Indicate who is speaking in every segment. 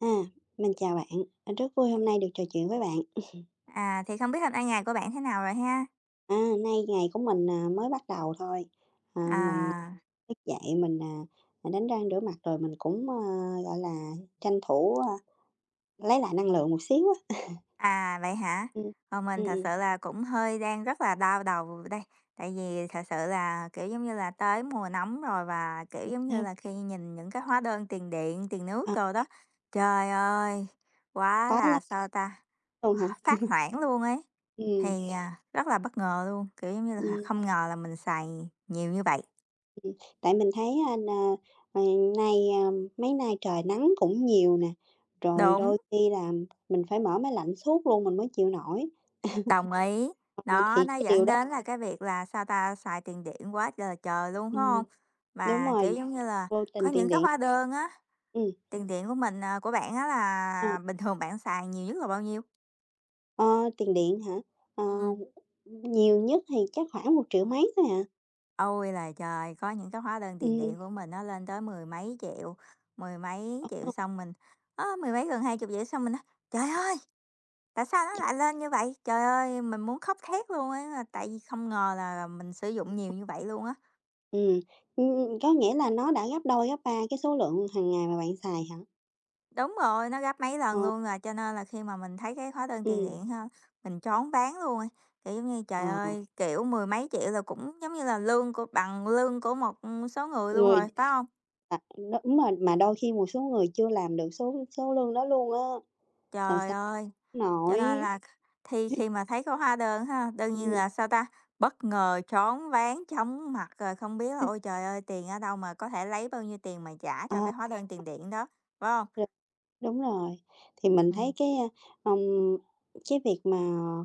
Speaker 1: À, mình chào bạn, rất vui hôm nay được trò chuyện với bạn.
Speaker 2: À, thì không biết hôm nay ngày của bạn thế nào rồi ha?
Speaker 1: À, nay ngày của mình, mới bắt đầu thôi. Mình
Speaker 2: À,
Speaker 1: thức dậy mình, đánh răng rửa mặt rồi mình cũng, gọi là, tranh thủ, lấy lại năng lượng một xíu á.
Speaker 2: à, vậy hả?
Speaker 1: Ừm,
Speaker 2: Còn mình
Speaker 1: ừm,
Speaker 2: thật
Speaker 1: ừm,
Speaker 2: sự là cũng hơi đang rất là đau đầu đây. Tại vì thật sự là, kiểu, giống như là, tới mùa nóng rồi và, kiểu, giống như
Speaker 1: sao?
Speaker 2: là, khi nhìn những cái hóa đơn tiền điện, tiền nước
Speaker 1: À,
Speaker 2: đồ đó, trời ơi, quá
Speaker 1: quá
Speaker 2: là,
Speaker 1: lâu
Speaker 2: sao ta,
Speaker 1: luôn hả?
Speaker 2: phát hoảng luôn ấy.
Speaker 1: Ừm,
Speaker 2: Thì, à, rất là bất ngờ luôn, kiểu, giống như là,
Speaker 1: ừm,
Speaker 2: không ngờ là mình xài nhiều như vậy.
Speaker 1: ừm, tại mình thấy, ờ, nay, mấy nay trời nắng cũng nhiều nè, rồi
Speaker 2: Đúng.
Speaker 1: đôi khi là mình phải mở máy lạnh suốt luôn mình mới chịu nổi.
Speaker 2: Đồng ý.
Speaker 1: Ờ,
Speaker 2: nó
Speaker 1: thì
Speaker 2: nó
Speaker 1: cái điều
Speaker 2: dẫn
Speaker 1: đó.
Speaker 2: đến là cái việc là, sao ta, xài tiền điện quá là trời luôn, phải
Speaker 1: Ừm,
Speaker 2: không?
Speaker 1: đúng
Speaker 2: Mà, kiểu,
Speaker 1: rồi,
Speaker 2: giống như là,
Speaker 1: vô
Speaker 2: có
Speaker 1: tình
Speaker 2: những
Speaker 1: tiền
Speaker 2: cái
Speaker 1: điện.
Speaker 2: hóa đơn á,
Speaker 1: Ừm,
Speaker 2: tiền điện của mình, à, của bạn á
Speaker 1: ờ,
Speaker 2: là bình thường bạn xài nhiều nhất là bao nhiêu?
Speaker 1: ờ, tiền điện hả? Ờ,
Speaker 2: Ừ.
Speaker 1: nhiều nhất thì chắc khoảng 1.000.000 mấy thôi à.
Speaker 2: Ôi là trời, có những cái hóa đơn tiền điện
Speaker 1: Ừm,
Speaker 2: của mình nó lên tới mười mấy triệu
Speaker 1: ờ,
Speaker 2: xong mình á, mười mấy gần hai chục triệu xong mình nói: "Trời ơi, tại sao nó lại lên như vậy?" Trời ơi, mình muốn khóc thét luôn á, tại vì không ngờ là mình sử dụng nhiều như vậy luôn á.
Speaker 1: ừm, có nghĩa là nó đã gấp đôi, gấp ba cái số lượng hàng ngày mà bạn xài hả?
Speaker 2: Đúng rồi, nó gấp mấy lần
Speaker 1: Ờ,
Speaker 2: luôn à, cho nên là khi mà mình thấy cái hóa đơn tiền
Speaker 1: ừm,
Speaker 2: điện ha, mình choáng váng luôn ấy. Kiểu giống như, trời
Speaker 1: ờ,
Speaker 2: ơi, kiểu, mười mấy triệu là cũng giống như là lương của bằng lương của một, số người luôn
Speaker 1: người
Speaker 2: rồi, phải không?
Speaker 1: à, đúng mà đôi khi một số người chưa làm được số số lương đó luôn á, làm
Speaker 2: Trời
Speaker 1: sao
Speaker 2: ơi! Cho
Speaker 1: nổi.
Speaker 2: nên là thi khi mà thấy có hóa đơn ha, đương nhiên
Speaker 1: Ừm,
Speaker 2: là, sao ta, bất ngờ, choáng váng, chóng mặt rồi không biết là "Ôi trời ơi, tiền ở đâu mà có thể lấy bao nhiêu tiền mà trả cho
Speaker 1: ờ,
Speaker 2: cái hóa đơn tiền điện đó", phải không?
Speaker 1: đúng rồi, thì mình thấy
Speaker 2: Ừm.
Speaker 1: cái, cái việc mà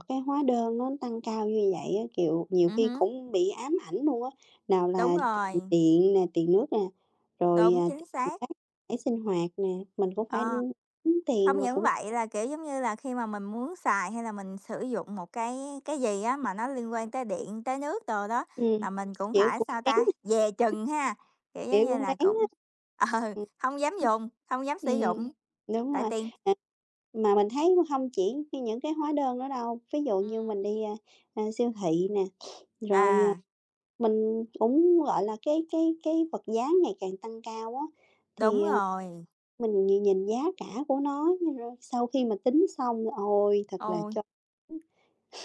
Speaker 1: cái hóa đơn nó tăng cao như vậy á, kiểu, nhiều khi
Speaker 2: Hứm,
Speaker 1: cũng bị ám ảnh luôn á, nào
Speaker 2: đúng
Speaker 1: là tiền
Speaker 2: rồi,
Speaker 1: điện nè, tiền nước nè, rồi,
Speaker 2: đúng, chính
Speaker 1: tiền
Speaker 2: xác,
Speaker 1: rác thải sinh hoạt nè, mình cũng phải
Speaker 2: ờ.
Speaker 1: tính
Speaker 2: Không
Speaker 1: tiền và
Speaker 2: những
Speaker 1: cũng
Speaker 2: vậy là, kiểu, giống như là, khi mà mình muốn xài hay là mình sử dụng một cái gì á mà nó liên quan tới điện, tới nước đồ đó,
Speaker 1: ừm,
Speaker 2: là mình cũng
Speaker 1: kiểu,
Speaker 2: phải,
Speaker 1: cũng
Speaker 2: sao
Speaker 1: ráng
Speaker 2: ta,
Speaker 1: á,
Speaker 2: dè chừng ha, kiểu, giống
Speaker 1: kiểu,
Speaker 2: như
Speaker 1: cũng
Speaker 2: là,
Speaker 1: ráng á.
Speaker 2: cũng ừ, hông dám
Speaker 1: Ừm.
Speaker 2: dùng, không dám sử
Speaker 1: Ừm,
Speaker 2: dụng,
Speaker 1: đúng
Speaker 2: tại
Speaker 1: rồi,
Speaker 2: tiền.
Speaker 1: à, mà mình thấy không chỉ những cái hóa đơn đó đâu, ví dụ như
Speaker 2: Ừm.
Speaker 1: mình đi, siêu thị nè, rồi, à.
Speaker 2: À,
Speaker 1: Mình cũng, gọi là, cái vật giá ngày càng tăng cao á,
Speaker 2: đúng
Speaker 1: thì, ờ,
Speaker 2: rồi,
Speaker 1: mình nhìn nhìn giá cả của nó, nhưng rồi sau khi mà tính xong, ôi, thật là
Speaker 2: ôi.
Speaker 1: cho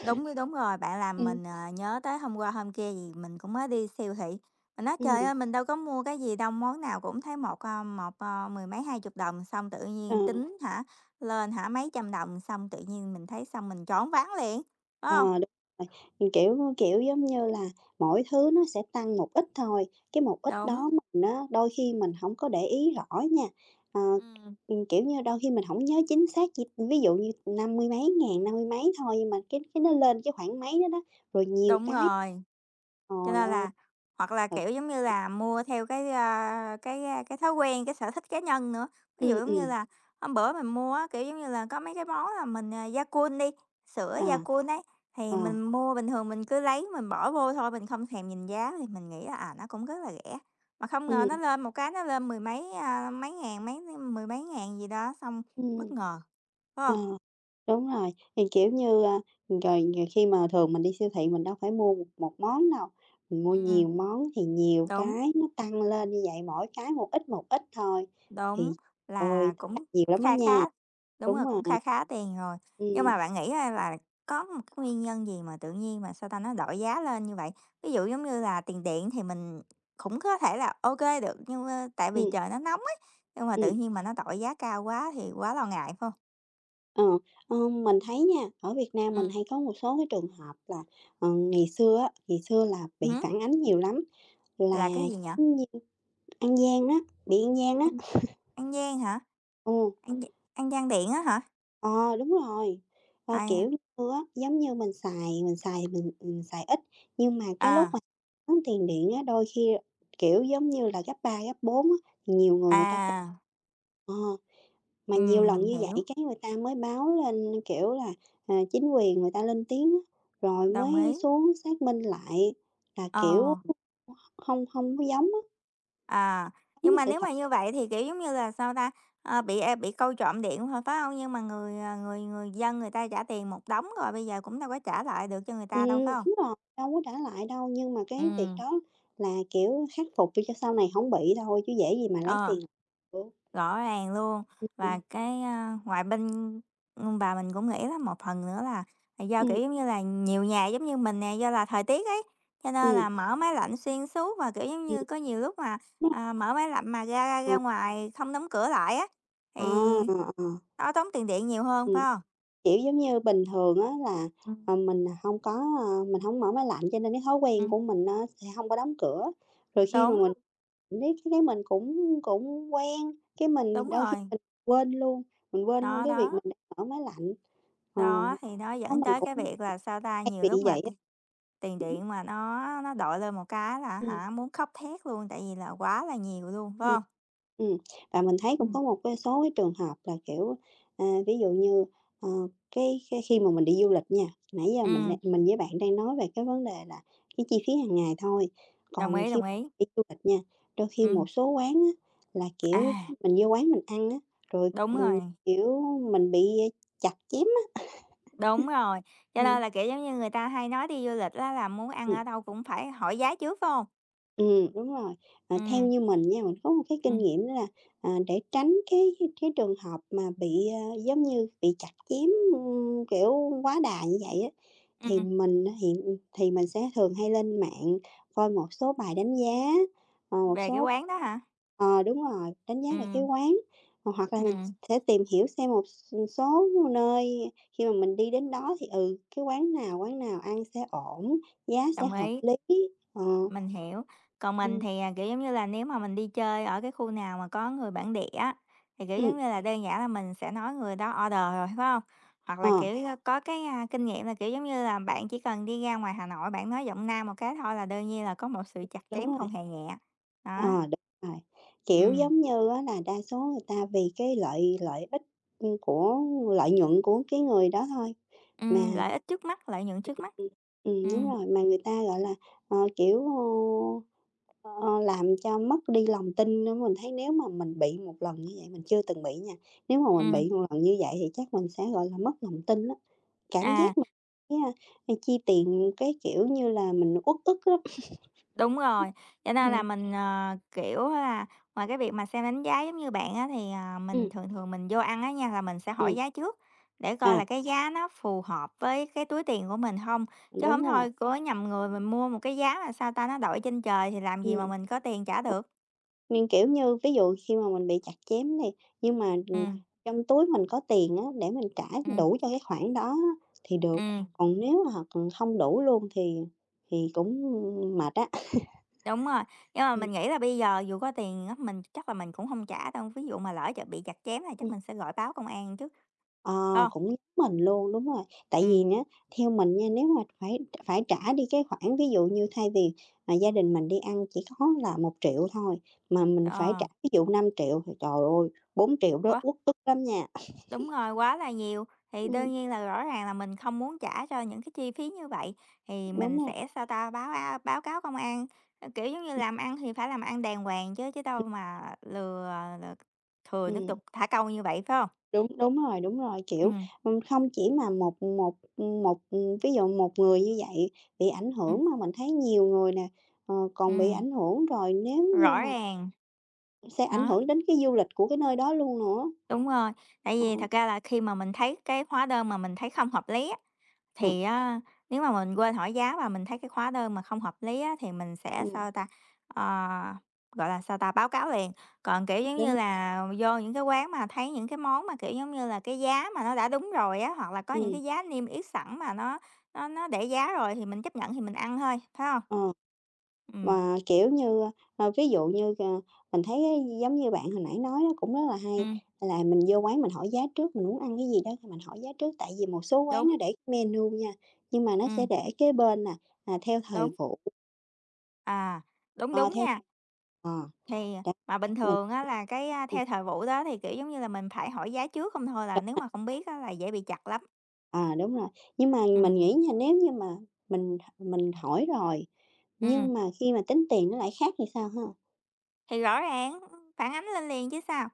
Speaker 2: Đúng rồi, bạn làm
Speaker 1: ừm,
Speaker 2: mình, ờ, nhớ tới hôm qua hôm kia gì mình cũng mới đi siêu thị, mình nói: "Trời
Speaker 1: ừm,
Speaker 2: ơi, mình đâu có mua cái gì đâu, món nào cũng thấy một, mười mấy hai chục đồng." Xong tự
Speaker 1: ờ.
Speaker 2: nhiên tính hả, lên hả mấy trăm đồng, xong tự nhiên mình thấy xong mình choáng váng liền, phải
Speaker 1: Ờ,
Speaker 2: hông?
Speaker 1: đúng rồi, kiểu, giống như là, mỗi thứ nó sẽ tăng một ít thôi, cái một ít
Speaker 2: Đúng,
Speaker 1: đó mình á, đôi khi mình không có để ý rõ nha. Ờ,
Speaker 2: ừm,
Speaker 1: kiểu như, đôi khi mình không nhớ chính xác chi ví dụ như năm mươi mấy ngàn, năm mươi mấy thôi, nhưng mà cái nó lên cái khoảng mấy đó đó, rồi nhiều
Speaker 2: đúng
Speaker 1: cái.
Speaker 2: rồi. Cho
Speaker 1: Trời
Speaker 2: nên
Speaker 1: ơi!
Speaker 2: là hoặc là,
Speaker 1: Thật
Speaker 2: kiểu, giống như là, mua theo cái thói quen, cái sở thích cá nhân nữa. Ví dụ,
Speaker 1: ừ
Speaker 2: giống
Speaker 1: ừ
Speaker 2: như là, hôm bữa mình mua á, kiểu, giống như là, có mấy cái món là mình, à, Yakult đi, sữa
Speaker 1: à.
Speaker 2: Yakult ấy, thì
Speaker 1: À
Speaker 2: mình mua bình thường mình cứ lấy mình bỏ vô thôi, mình không thèm nhìn giá thì mình nghĩ là, à, nó cũng rất là rẻ. Mà không ngờ nó
Speaker 1: ừ
Speaker 2: lên một cái nó lên mười mấy, a, mấy ngàn, mấy mười mấy ngàn gì đó, xong
Speaker 1: ừ.
Speaker 2: bất ngờ, phải
Speaker 1: Ờ,
Speaker 2: hông?
Speaker 1: đúng rồi, thì, kiểu như, rồi nhiều khi mà thường mình đi siêu thị mình đâu phải mua một một món đâu, mình mua
Speaker 2: Ừm.
Speaker 1: nhiều món thì nhiều
Speaker 2: Đúng.
Speaker 1: cái nó tăng lên như vậy, mỗi cái một ít thôi, thì
Speaker 2: Đúng,
Speaker 1: ôi,
Speaker 2: là
Speaker 1: tức là
Speaker 2: cũng
Speaker 1: nhiều lắm á
Speaker 2: kha
Speaker 1: nha.
Speaker 2: khá đúng
Speaker 1: Đúng
Speaker 2: rồi, cũng kha
Speaker 1: rồi.
Speaker 2: khá tiền rồi. Nhưng mà
Speaker 1: Ừm,
Speaker 2: bạn nghĩ á là có một cái nguyên nhân gì mà tự nhiên mà, sao ta, nó đội giá lên như vậy? Ví dụ giống như là tiền điện thì mình cũng có thể là ok được, nhưng, ơ, tại vì
Speaker 1: ừm,
Speaker 2: trời nó nóng ấy, nhưng mà tự
Speaker 1: ừm,
Speaker 2: nhiên mà nó đội giá cao quá thì quá lo ngại, phải hông?
Speaker 1: ờ, ờ, mình thấy nha, ở Việt Nam mình
Speaker 2: Ừm.
Speaker 1: hay có một số cái trường hợp là, ờ, ngày xưa á, ngày xưa là bị
Speaker 2: Ừm
Speaker 1: phản ánh nhiều lắm, là
Speaker 2: là cái gì nhở?
Speaker 1: giống như An Giang á, bị An Giang á.
Speaker 2: Ừm. An Giang hả?
Speaker 1: Ừ.
Speaker 2: An G An Giang điện á hả?
Speaker 1: Ờ, đúng rồi. Ờ,
Speaker 2: Ai.
Speaker 1: kiểu như á, giống như mình, xài ít, nhưng mà cái lúc
Speaker 2: À.
Speaker 1: mà tốn tiền điện á, đôi khi, kiểu, giống như là, gấp 3 gấp 4 á, nhiều người người ta té
Speaker 2: à, à,
Speaker 1: ờ, mà nhiều lần
Speaker 2: mình
Speaker 1: như
Speaker 2: hiểu,
Speaker 1: vậy cái người ta mới báo lên, kiểu là, ờ, chính quyền người ta lên tiếng á, rồi mới
Speaker 2: đồng ý,
Speaker 1: xuống xác minh lại là, kiểu,
Speaker 2: ờ.
Speaker 1: hông hông có giống á,
Speaker 2: À,
Speaker 1: giống
Speaker 2: nhưng
Speaker 1: như
Speaker 2: mà
Speaker 1: sự
Speaker 2: nếu
Speaker 1: thật.
Speaker 2: mà như vậy thì, kiểu, giống như là, sao ta, ờ, bị câu trộm điện thôi, phải không? Nhưng mà người dân người ta trả tiền một đống rồi, bây giờ cũng đâu có trả lại được cho người
Speaker 1: Ừ
Speaker 2: ta đâu, phải không?
Speaker 1: đúng rồi, đâu có trả lại đâu, nhưng mà
Speaker 2: Ừ.
Speaker 1: cái việc đó là, kiểu, khắc phục cho sau này không bị thôi chứ dễ gì mà lấy
Speaker 2: Ờ.
Speaker 1: tiền được.
Speaker 2: Rõ ràng luôn. Và
Speaker 1: Ừm,
Speaker 2: cái, a, ngoài bên và mình cũng nghĩ là một phần nữa là do, kiểu,
Speaker 1: ừm,
Speaker 2: giống như là, nhiều nhà giống như mình nè, do là thời tiết ấy, cho nên
Speaker 1: ừm,
Speaker 2: là mở máy lạnh xuyên suốt và, kiểu, giống
Speaker 1: ừm,
Speaker 2: như, có nhiều lúc mà,
Speaker 1: đúng
Speaker 2: à, mở máy lạnh mà ra ra ra
Speaker 1: rồi,
Speaker 2: ngoài không đóng cửa lại á,
Speaker 1: ờ,
Speaker 2: thì
Speaker 1: ờ, ờ,
Speaker 2: nó tốn tiền điện nhiều hơn,
Speaker 1: ừm,
Speaker 2: phải không?
Speaker 1: kiểu, giống như bình thường á là,
Speaker 2: Ừm,
Speaker 1: ờ, mình không có, ờ, mình không mở máy lạnh cho nên cái thói quen
Speaker 2: ừm.
Speaker 1: của mình á sẽ hông có đóng cửa. Rồi khi mà
Speaker 2: Đúng,
Speaker 1: mình biết cái mình cũng cũng quen, cái mình
Speaker 2: đúng
Speaker 1: đôi khi
Speaker 2: rồi.
Speaker 1: mình quên luôn
Speaker 2: Đó,
Speaker 1: cái việc
Speaker 2: đó,
Speaker 1: mình đang mở máy lạnh. Ờ,
Speaker 2: đó, thì nó
Speaker 1: có
Speaker 2: dẫn
Speaker 1: mình
Speaker 2: tới
Speaker 1: cũng
Speaker 2: cái việc là, sao ta,
Speaker 1: hay
Speaker 2: nhiều
Speaker 1: bị
Speaker 2: lúc mà
Speaker 1: vậy á.
Speaker 2: tiền điện mà nó đội lên một cái là
Speaker 1: Ừ,
Speaker 2: hả, muốn khóc thét luôn, tại vì là quá là nhiều luôn, phải
Speaker 1: ừm,
Speaker 2: hông?
Speaker 1: ừm, và mình thấy cũng
Speaker 2: Ừm.
Speaker 1: có một cái số cái trường hợp là, kiểu, ví dụ như, ờ, cái khi mà mình đi du lịch nha, nãy giờ mình
Speaker 2: Ừm,
Speaker 1: đang mình với bạn đang nói về cái vấn đề là cái chi phí hàng ngày thôi,
Speaker 2: đồng
Speaker 1: còn
Speaker 2: ý,
Speaker 1: khi
Speaker 2: đồng ý.
Speaker 1: đi du lịch nha, đôi khi
Speaker 2: Ừm,
Speaker 1: một số quán á là, kiểu,
Speaker 2: à,
Speaker 1: mình vô quán mình ăn á, rồi,
Speaker 2: đúng rồi,
Speaker 1: kiểu, mình bị chặt chém á.
Speaker 2: đúng rồi, cho nên
Speaker 1: Ừm,
Speaker 2: là, kiểu, giống như người ta hay nói đi du lịch á là muốn ăn ở đâu cũng phải hỏi giá trước, phải hông?
Speaker 1: ừ đúng rồi. Ờ, theo
Speaker 2: Ừm,
Speaker 1: như mình nha, mình có một cái kinh
Speaker 2: ừm,
Speaker 1: nghiệm đó là, để tránh cái trường hợp mà bị, ờ, giống như, bị chặt chém, ưm, kiểu, quá đà như vậy á, thì
Speaker 2: ừm,
Speaker 1: mình á hiện thì mình sẽ thường hay lên mạng coi một số bài đánh giá, ờ, một
Speaker 2: về cái
Speaker 1: số
Speaker 2: quán đó hả?
Speaker 1: ờ, đúng rồi, đánh giá về cái
Speaker 2: Ừm,
Speaker 1: quán, ờ, hoặc là mình
Speaker 2: ừm,
Speaker 1: sẽ tìm hiểu xem một s số nơi khi mà mình đi đến đó thì, ừ, cái quán nào ăn sẽ ổn, giá sẽ
Speaker 2: đồng
Speaker 1: hợp
Speaker 2: ý.
Speaker 1: lý. Ờ,
Speaker 2: Mình hiểu. Còn mình
Speaker 1: ừm.
Speaker 2: thì, à, kiểu, giống như là, nếu mà mình đi chơi ở cái khu nào mà có người bản địa á, thì, kiểu,
Speaker 1: Ừm,
Speaker 2: giống như là, đơn giản là mình sẽ nói người đó order rồi, phải không? Hoặc
Speaker 1: ờ,
Speaker 2: là, kiểu, ơ, có cái, a, kinh nghiệm là, kiểu, giống như là, bạn chỉ cần đi ra ngoài Hà Nội bạn nói giọng Nam một cái thôi là đương nhiên là có một sự chặt
Speaker 1: đúng
Speaker 2: chém không
Speaker 1: rồi,
Speaker 2: hề nhẹ. Đó.
Speaker 1: ờ, đúng rồi. Kiểu,
Speaker 2: Ừ,
Speaker 1: giống như á là đa số người ta vì cái lợi lợi ích, ưm, của lợi nhuận của cái người đó thôi, mà
Speaker 2: lợi ích trước mắt, lợi nhuận trước mắt.
Speaker 1: ừm,
Speaker 2: Ừ,
Speaker 1: ừm, đúng rồi, mà người ta, gọi là, ờ, kiểu, ờ, ờ, làm cho mất đi lòng tin đó. Mình thấy nếu mà mình bị một lần như vậy mình chưa từng bị nha, nếu mà mình
Speaker 2: ừm,
Speaker 1: bị một lần như vậy thì chắc mình sẽ, gọi là, mất lòng tin đó. Cảm
Speaker 2: à.
Speaker 1: giác mình, chi tiền, cái kiểu như là, mình uất ức lắm.
Speaker 2: Đúng rồi, cho nên là
Speaker 1: Ừm.
Speaker 2: mình, ờ, kiểu là, ngoài cái việc mà xem đánh giá giống như bạn á, thì, à, mình
Speaker 1: Ừm,
Speaker 2: thường thường mình vô ăn á nha, là mình sẽ hỏi
Speaker 1: ừm,
Speaker 2: giá trước để coi
Speaker 1: à,
Speaker 2: là cái giá nó phù hợp với cái túi tiền của mình không chứ không
Speaker 1: đúng rồi,
Speaker 2: thôi cứ nhầm người mình mua một cái giá mà, sao ta, nó đổi trên trời thì làm gì mà
Speaker 1: ừm,
Speaker 2: mình có tiền trả được.
Speaker 1: mình, kiểu như, ví dụ khi mà mình bị chặt chém đi, nhưng mà,
Speaker 2: Ừm,
Speaker 1: trong túi mình có tiền á, để mình trả
Speaker 2: ừm,
Speaker 1: đủ cho cái khoản đó á thì được,
Speaker 2: ừm,
Speaker 1: còn nếu mà, không đủ luôn thì cũng mệt á.
Speaker 2: đúng rồi, nhưng mà mình nghĩ là bây giờ dù có tiền á, mình chắc là mình cũng không trả đâu, ví dụ mà lỡ bị chặt chém là chắc
Speaker 1: Ừm.
Speaker 2: mình sẽ gọi báo công an chứ, phải
Speaker 1: Ờ,
Speaker 2: hông?
Speaker 1: cũng giống mình luôn, đúng rồi. Tại vì nhá, theo mình nha, nếu mà phải phải trả đi cái khoản ví dụ như thay vì, mà gia đình mình đi ăn chỉ có là 1.000.000 thôi, mà mình phải
Speaker 2: Ờ,
Speaker 1: trả ví dụ 5.000.000 thì trời ơi, 4.000.000 đó
Speaker 2: quá
Speaker 1: uất ức lắm nha.
Speaker 2: đúng rồi, quá là nhiều. Thì
Speaker 1: Ừm,
Speaker 2: đương nhiên là rõ ràng là mình không muốn trả cho những cái chi phí như vậy, thì
Speaker 1: đúng
Speaker 2: mình
Speaker 1: rồi,
Speaker 2: sẽ, sao ta, báo cáo công an. Ờ, kiểu giống như,
Speaker 1: ừm,
Speaker 2: làm ăn thì phải làm ăn đàng hoàng chứ, chứ
Speaker 1: ừm,
Speaker 2: đâu mà lừa lừa thừa nước
Speaker 1: ừm,
Speaker 2: đục thả câu như vậy, phải không?
Speaker 1: đúng, đúng rồi, kiểu,
Speaker 2: Ừm,
Speaker 1: không chỉ mà một một một ví dụ một người như vậy bị ảnh
Speaker 2: ừm,
Speaker 1: hưởng mà mình thấy nhiều người nè, ờ, còn bị
Speaker 2: ừm,
Speaker 1: ảnh hưởng rồi nếu như
Speaker 2: rõ
Speaker 1: mà
Speaker 2: ràng.
Speaker 1: sẽ ảnh
Speaker 2: Đó,
Speaker 1: hưởng đến cái du lịch của cái nơi đó luôn nữa.
Speaker 2: đúng rồi. Tại
Speaker 1: Ờ,
Speaker 2: vì thật ra là khi mà mình thấy cái hóa đơn mà mình thấy không hợp lý á,
Speaker 1: ừm,
Speaker 2: thì á, nếu mà mình quên hỏi giá và mình thấy cái hóa đơn mà không hợp lý á, thì mình sẽ,
Speaker 1: ừm,
Speaker 2: sao ta, ờ, gọi là, sao ta, báo cáo liền. Còn, kiểu, giống như
Speaker 1: đúng,
Speaker 2: là, vô những cái quán mà thấy những cái món mà, kiểu, giống như là, cái giá mà nó đã đúng rồi á, hoặc là có những
Speaker 1: ừm,
Speaker 2: cái giá niêm yết sẵn mà nó để giá rồi thì mình chấp nhận thì mình ăn thôi, phải không?
Speaker 1: ờ,
Speaker 2: Ừm,
Speaker 1: mà, kiểu như, ờ, ví dụ như, ờ, mình thấy á, giống như bạn hồi nãy nói nó cũng rất là hay,
Speaker 2: ừm,
Speaker 1: là mình vô quán mình hỏi giá trước, mình muốn ăn cái gì đó thì mình hỏi giá trước, tại vì một số quán
Speaker 2: đúng,
Speaker 1: nó để menu nha, nhưng mà nó sẽ
Speaker 2: ừm,
Speaker 1: để kế bên nè, à, theo thời
Speaker 2: đúng,
Speaker 1: vụ,
Speaker 2: à, đúng,
Speaker 1: ờ,
Speaker 2: đúng
Speaker 1: theo
Speaker 2: nha.
Speaker 1: ờ,
Speaker 2: Thì à,
Speaker 1: đó,
Speaker 2: mà bình
Speaker 1: mình
Speaker 2: thường á là cái, a,
Speaker 1: ừm,
Speaker 2: theo thời vụ đó thì, kiểu, giống như là, mình phải hỏi giá trước không thôi là
Speaker 1: đúng
Speaker 2: nếu
Speaker 1: rồi,
Speaker 2: mà không biết á là dễ bị chặt lắm.
Speaker 1: à, đúng rồi. Nhưng mà mình
Speaker 2: Ừm,
Speaker 1: nghĩ nha, nếu như mà mình mình hỏi rồi,
Speaker 2: ừm,
Speaker 1: nhưng mà khi mà tính tiền nó lại khác thì sao ha?
Speaker 2: thì rõ ràng phản ánh lên liền chứ sao.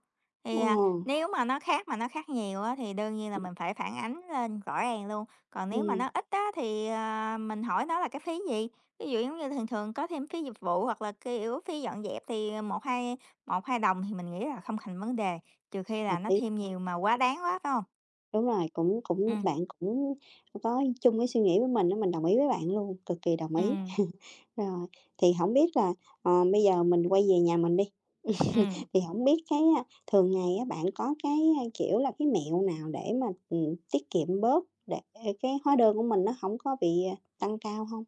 Speaker 2: Thì,
Speaker 1: Ờ,
Speaker 2: à, nếu mà nó khác nhiều á thì đương nhiên là mình phải phản ánh lên rõ ràng luôn, còn nếu mà
Speaker 1: ừm.
Speaker 2: nó ít á thì, à, mình hỏi nó là cái phí gì, ví dụ, giống như, thường thường có thêm phí dịch vụ hoặc là, kiểu, phí dọn dẹp thì à, một hai đồng thì mình nghĩ là không thành vấn đề, trừ khi là
Speaker 1: Hợp
Speaker 2: nó
Speaker 1: lý,
Speaker 2: thêm nhiều mà quá đáng quá, phải không?
Speaker 1: đúng rồi, cũng cũng
Speaker 2: Ừm,
Speaker 1: bạn cũng có chung cái suy nghĩ với mình đó mình đồng ý với bạn luôn, cực kỳ đồng ý.
Speaker 2: ừm,
Speaker 1: Rồi, thì không biết là, ờ, bây giờ mình quay về nhà mình đi,
Speaker 2: ừm.
Speaker 1: thì không biết cái, thường ngày á, bạn có cái, kiểu là, cái mẹo nào để mà, tiết kiệm bớt để ờ, cái hóa đơn của mình nó không có bị, tăng cao không?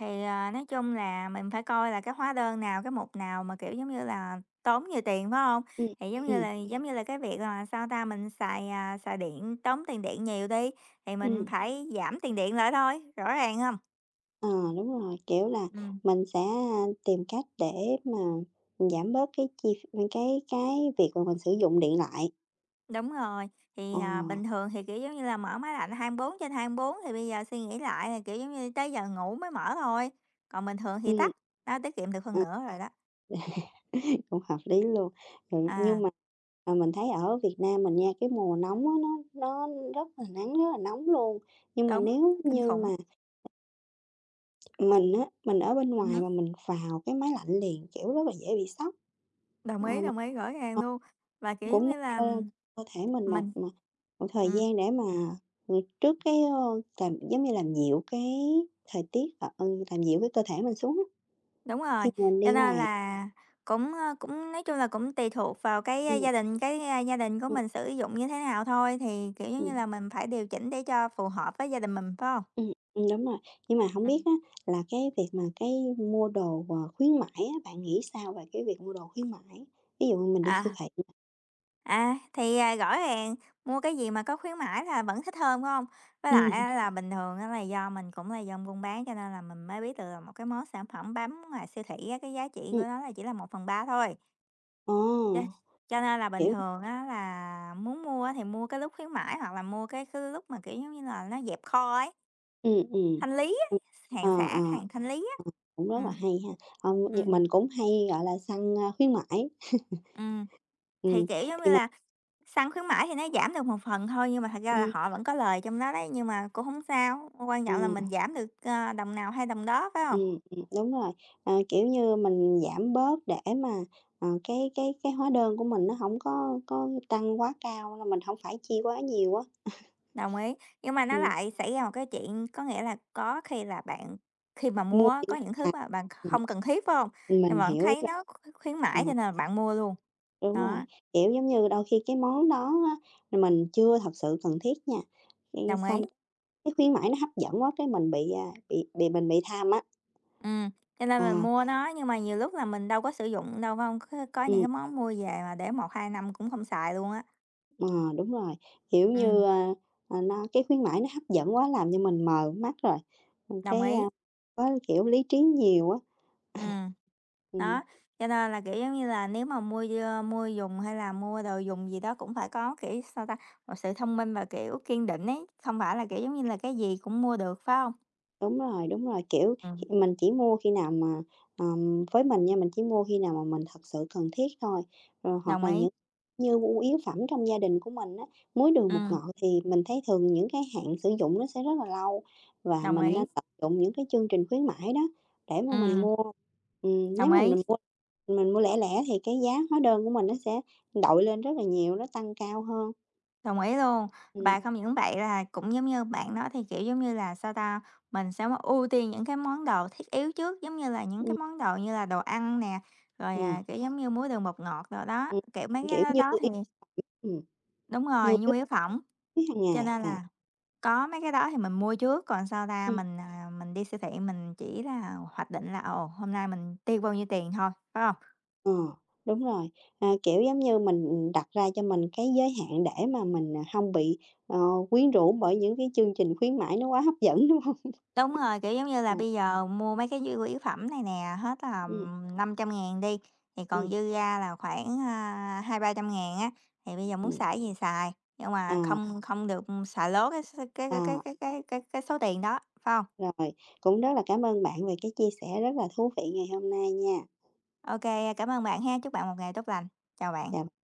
Speaker 2: Thì, à, nói chung là mình phải coi là cái hóa đơn nào, cái mục nào mà, kiểu, giống như là, tốn nhiều tiền, phải không?
Speaker 1: Ừ
Speaker 2: Thì giống như
Speaker 1: ừ
Speaker 2: là giống như là cái việc là, sao ta, mình xài điện, tốn tiền điện nhiều đi, thì mình
Speaker 1: ừm,
Speaker 2: phải giảm tiền điện lại thôi, rõ ràng không?
Speaker 1: ờ, đúng rồi, kiểu là,
Speaker 2: Ừm.
Speaker 1: mình sẽ, tìm cách để mà giảm bớt cái việc mà mình sử dụng điện lại.
Speaker 2: Đúng rồi, thì,
Speaker 1: Ờ,
Speaker 2: bình thường thì, kiểu, giống như là, mở máy lạnh 24 bốn thì bây giờ suy nghĩ lại là, kiểu, giống như, tới giờ ngủ mới mở thôi, còn bình thường thì tắt,
Speaker 1: ừm.
Speaker 2: nó tiết kiệm được hơn
Speaker 1: Ờ.
Speaker 2: nữa rồi đó.
Speaker 1: Cũng hợp lý luôn. Rồi
Speaker 2: À.
Speaker 1: nhưng mà, mình thấy ở Việt Nam mình nha, cái mùa nóng á,
Speaker 2: Ừm.
Speaker 1: nó rất là nắng, rất là nóng luôn. Nhưng mà
Speaker 2: Đúng,
Speaker 1: nếu
Speaker 2: kinh
Speaker 1: như mà
Speaker 2: khủng.
Speaker 1: mình á, mình ở bên ngoài mà mình vào cái máy lạnh liền, kiểu, rất là dễ bị sốc. Ờ, mình
Speaker 2: Đồng ý, rõ ràng
Speaker 1: ờ,
Speaker 2: luôn. Và, kiểu,
Speaker 1: cũng
Speaker 2: giống
Speaker 1: nên
Speaker 2: như là,
Speaker 1: cho cơ thể mình
Speaker 2: mình
Speaker 1: một thời
Speaker 2: ừm,
Speaker 1: gian để mà, trước cái, ơ, làm giống như làm dịu cái thời tiết, ờ, ừ, làm dịu cái cơ thể mình xuống á,
Speaker 2: đúng
Speaker 1: khi
Speaker 2: rồi,
Speaker 1: mà mình
Speaker 2: cho
Speaker 1: đi
Speaker 2: nên
Speaker 1: ngoài.
Speaker 2: là cũng nói chung là cũng tùy thuộc vào cái,
Speaker 1: Ừ.
Speaker 2: gia đình của
Speaker 1: Ừm,
Speaker 2: mình sử dụng như thế nào thôi, thì, kiểu, giống như
Speaker 1: ừm,
Speaker 2: là, mình phải điều chỉnh để cho phù hợp với gia đình mình, phải không?
Speaker 1: đúng rồi. Nhưng mà hổng biết
Speaker 2: Ừm,
Speaker 1: á là cái việc mà cái mua đồ, ờ, khuyến mãi á, bạn nghĩ sao về cái việc mua đồ khuyến mãi? Ví dụ như mình đi siêu
Speaker 2: à,
Speaker 1: thị nè
Speaker 2: thì, rõ ràng mua cái gì mà có khuyến mãi là vẫn thích hơn, phải không? Với lại
Speaker 1: ừm,
Speaker 2: á là bình thường á là do mình cũng là dân buôn bán cho nên là mình mới biết được là một cái món sản phẩm bánh ngoài siêu thị á, cái giá trị của
Speaker 1: ừm,
Speaker 2: nó là chỉ là một phần ba thôi.
Speaker 1: ờ,
Speaker 2: Cho cho nên là bình
Speaker 1: kiểu
Speaker 2: thường á là muốn mua á thì mua cái lúc khuyến mãi hoặc là mua cái lúc mà, kiểu, giống như là, nó dẹp kho ấy,
Speaker 1: ừm, ừm,
Speaker 2: thanh lý á,
Speaker 1: ừm,
Speaker 2: hàng
Speaker 1: ờ,
Speaker 2: xả,
Speaker 1: ờ,
Speaker 2: hàng thanh lý á.
Speaker 1: cũng rất là
Speaker 2: Ừm.
Speaker 1: hay ha. Ờ, nh
Speaker 2: Ừm,
Speaker 1: mình cũng hay, gọi là, săn, khuyến mãi,
Speaker 2: ừm, thì,
Speaker 1: ừm,
Speaker 2: kiểu, giống như
Speaker 1: thì mình
Speaker 2: là, săn khuyến mãi thì nó giảm được một phần thôi, nhưng mà thật ra là
Speaker 1: ừm,
Speaker 2: họ vẫn có lời trong đó đấy, nhưng mà cũng không sao, quan
Speaker 1: ờ,
Speaker 2: trọng là mình giảm được, đồng nào hay đồng đó, phải không?
Speaker 1: đúng rồi, ờ, kiểu như, mình giảm bớt để mà, ờ, cái hóa đơn của mình nó hổng có tăng quá cao, là mình hổng phải chi quá nhiều á.
Speaker 2: Đồng ý, nhưng mà nó
Speaker 1: Ừm,
Speaker 2: lại xảy ra một cái chuyện có nghĩa là có khi là bạn khi mà mua
Speaker 1: mua
Speaker 2: á, có
Speaker 1: những
Speaker 2: những thứ
Speaker 1: à,
Speaker 2: mà bạn
Speaker 1: ừm,
Speaker 2: không cần thiết, phải không? Nhưng
Speaker 1: mình
Speaker 2: mà bạn
Speaker 1: hiểu ý
Speaker 2: thấy
Speaker 1: bạn.
Speaker 2: nó khuyến mãi
Speaker 1: Ờ,
Speaker 2: cho nên là bạn mua luôn.
Speaker 1: đúng rồi,
Speaker 2: Đó,
Speaker 1: kiểu, giống như, đôi khi cái món đó á, là mình chưa thật sự cần thiết nha, cái
Speaker 2: đồng ý.
Speaker 1: xong cái khuyến mãi nó hấp dẫn quá cái mình bị, à, bị bị mình bị tham á.
Speaker 2: Ừm, cho nên là
Speaker 1: À,
Speaker 2: mua nó nhưng mà nhiều lúc là mình đâu có sử dụng đâu, phải không? Có những
Speaker 1: ừm,
Speaker 2: cái món mua về mà để một 2 năm cũng không xài luôn á.
Speaker 1: ờ, đúng rồi, kiểu
Speaker 2: Ừm,
Speaker 1: như, nó cái khuyến mãi nó hấp dẫn quá làm cho mình mờ mắt rồi,
Speaker 2: đồng
Speaker 1: cái,
Speaker 2: ý.
Speaker 1: có, kiểu, lý trí nhiều á,
Speaker 2: Ừ.
Speaker 1: ừm.
Speaker 2: Đó, cho nên là, kiểu, giống như là, nếu mà mua dùng hay là mua đồ dùng gì đó cũng phải có, kiểu, sao ta, một sự thông minh và, kiểu, kiên định ấy, không phải là, kiểu, giống như là, cái gì cũng mua được, phải không?
Speaker 1: Đúng rồi, kiểu,
Speaker 2: Ừm,
Speaker 1: mình chỉ mua khi nào mà, với mình nha, mình chỉ mua khi nào mà mình thật sự cần thiết thôi, rồi hoặc
Speaker 2: đồng
Speaker 1: là
Speaker 2: ý,
Speaker 1: những như nhu yếu phẩm trong gia đình của mình á, muối, đường, bột
Speaker 2: ừm,
Speaker 1: ngọt thì mình thấy thường những cái hạn sử dụng nó sẽ rất là lâu và
Speaker 2: đồng
Speaker 1: mình nên
Speaker 2: ý,
Speaker 1: tận dụng những cái chương trình khuyến mãi đó để mà mình
Speaker 2: ừm,
Speaker 1: mua. Nếu
Speaker 2: đồng
Speaker 1: mà
Speaker 2: ý,
Speaker 1: mình mua lẻ lẻ thì cái giá hóa đơn của mình nó sẽ đội lên rất là nhiều, nó tăng cao hơn.
Speaker 2: đồng ý luôn. Và
Speaker 1: Ừm,
Speaker 2: không những vậy là cũng giống như bạn đó thì, kiểu, giống như là, sao ta, mình sẽ mà ưu tiên những cái món đồ thiết yếu trước, giống như là những cái
Speaker 1: ừm,
Speaker 2: món đồ như là đồ ăn nè, rồi,
Speaker 1: ờ,
Speaker 2: kiểu, giống như muối, đường, bột ngọt rồi đó,
Speaker 1: ừm,
Speaker 2: kiểu, mấy cái
Speaker 1: kiểu
Speaker 2: đó
Speaker 1: như
Speaker 2: đó thì.
Speaker 1: yếu ừm,
Speaker 2: Đúng
Speaker 1: nhu
Speaker 2: rồi, nhu
Speaker 1: yếu
Speaker 2: yếu phẩm,
Speaker 1: hàng
Speaker 2: cho
Speaker 1: ngày,
Speaker 2: nên
Speaker 1: à.
Speaker 2: là có mấy cái đó thì mình mua trước, còn sau ra
Speaker 1: Ừm,
Speaker 2: mình đi siêu thị mình chỉ là hoạch định là, ồ, hôm nay mình tiêu bao nhiêu tiền thôi, phải không?
Speaker 1: ờ, đúng rồi. À, kiểu, giống như mình, đặt ra cho mình cái giới hạn để mà mình, à, hông bị, ờ, quyến rũ bởi những cái chương trình khuyến mãi nó quá hấp dẫn, đúng không?
Speaker 2: Đúng rồi, kiểu, giống như là,
Speaker 1: À,
Speaker 2: bây giờ mua mấy cái nhu yếu phẩm này nè, hết là
Speaker 1: ừm,
Speaker 2: 500.000 đi, thì còn
Speaker 1: ừm,
Speaker 2: dư ra là khoảng, 200.000-300.000 á, thì bây giờ muốn
Speaker 1: ừm,
Speaker 2: xài gì xài, nhưng
Speaker 1: ờ,
Speaker 2: mà không không được xài lố cái s
Speaker 1: ờ,
Speaker 2: cái số tiền đó, phải không?
Speaker 1: rồi, cũng rất là cảm ơn bạn về cái chia sẻ rất là thú vị ngày hôm nay nha.
Speaker 2: OK, cảm ơn bạn ha, chúc bạn một ngày tốt lành. Chào bạn.
Speaker 1: Chào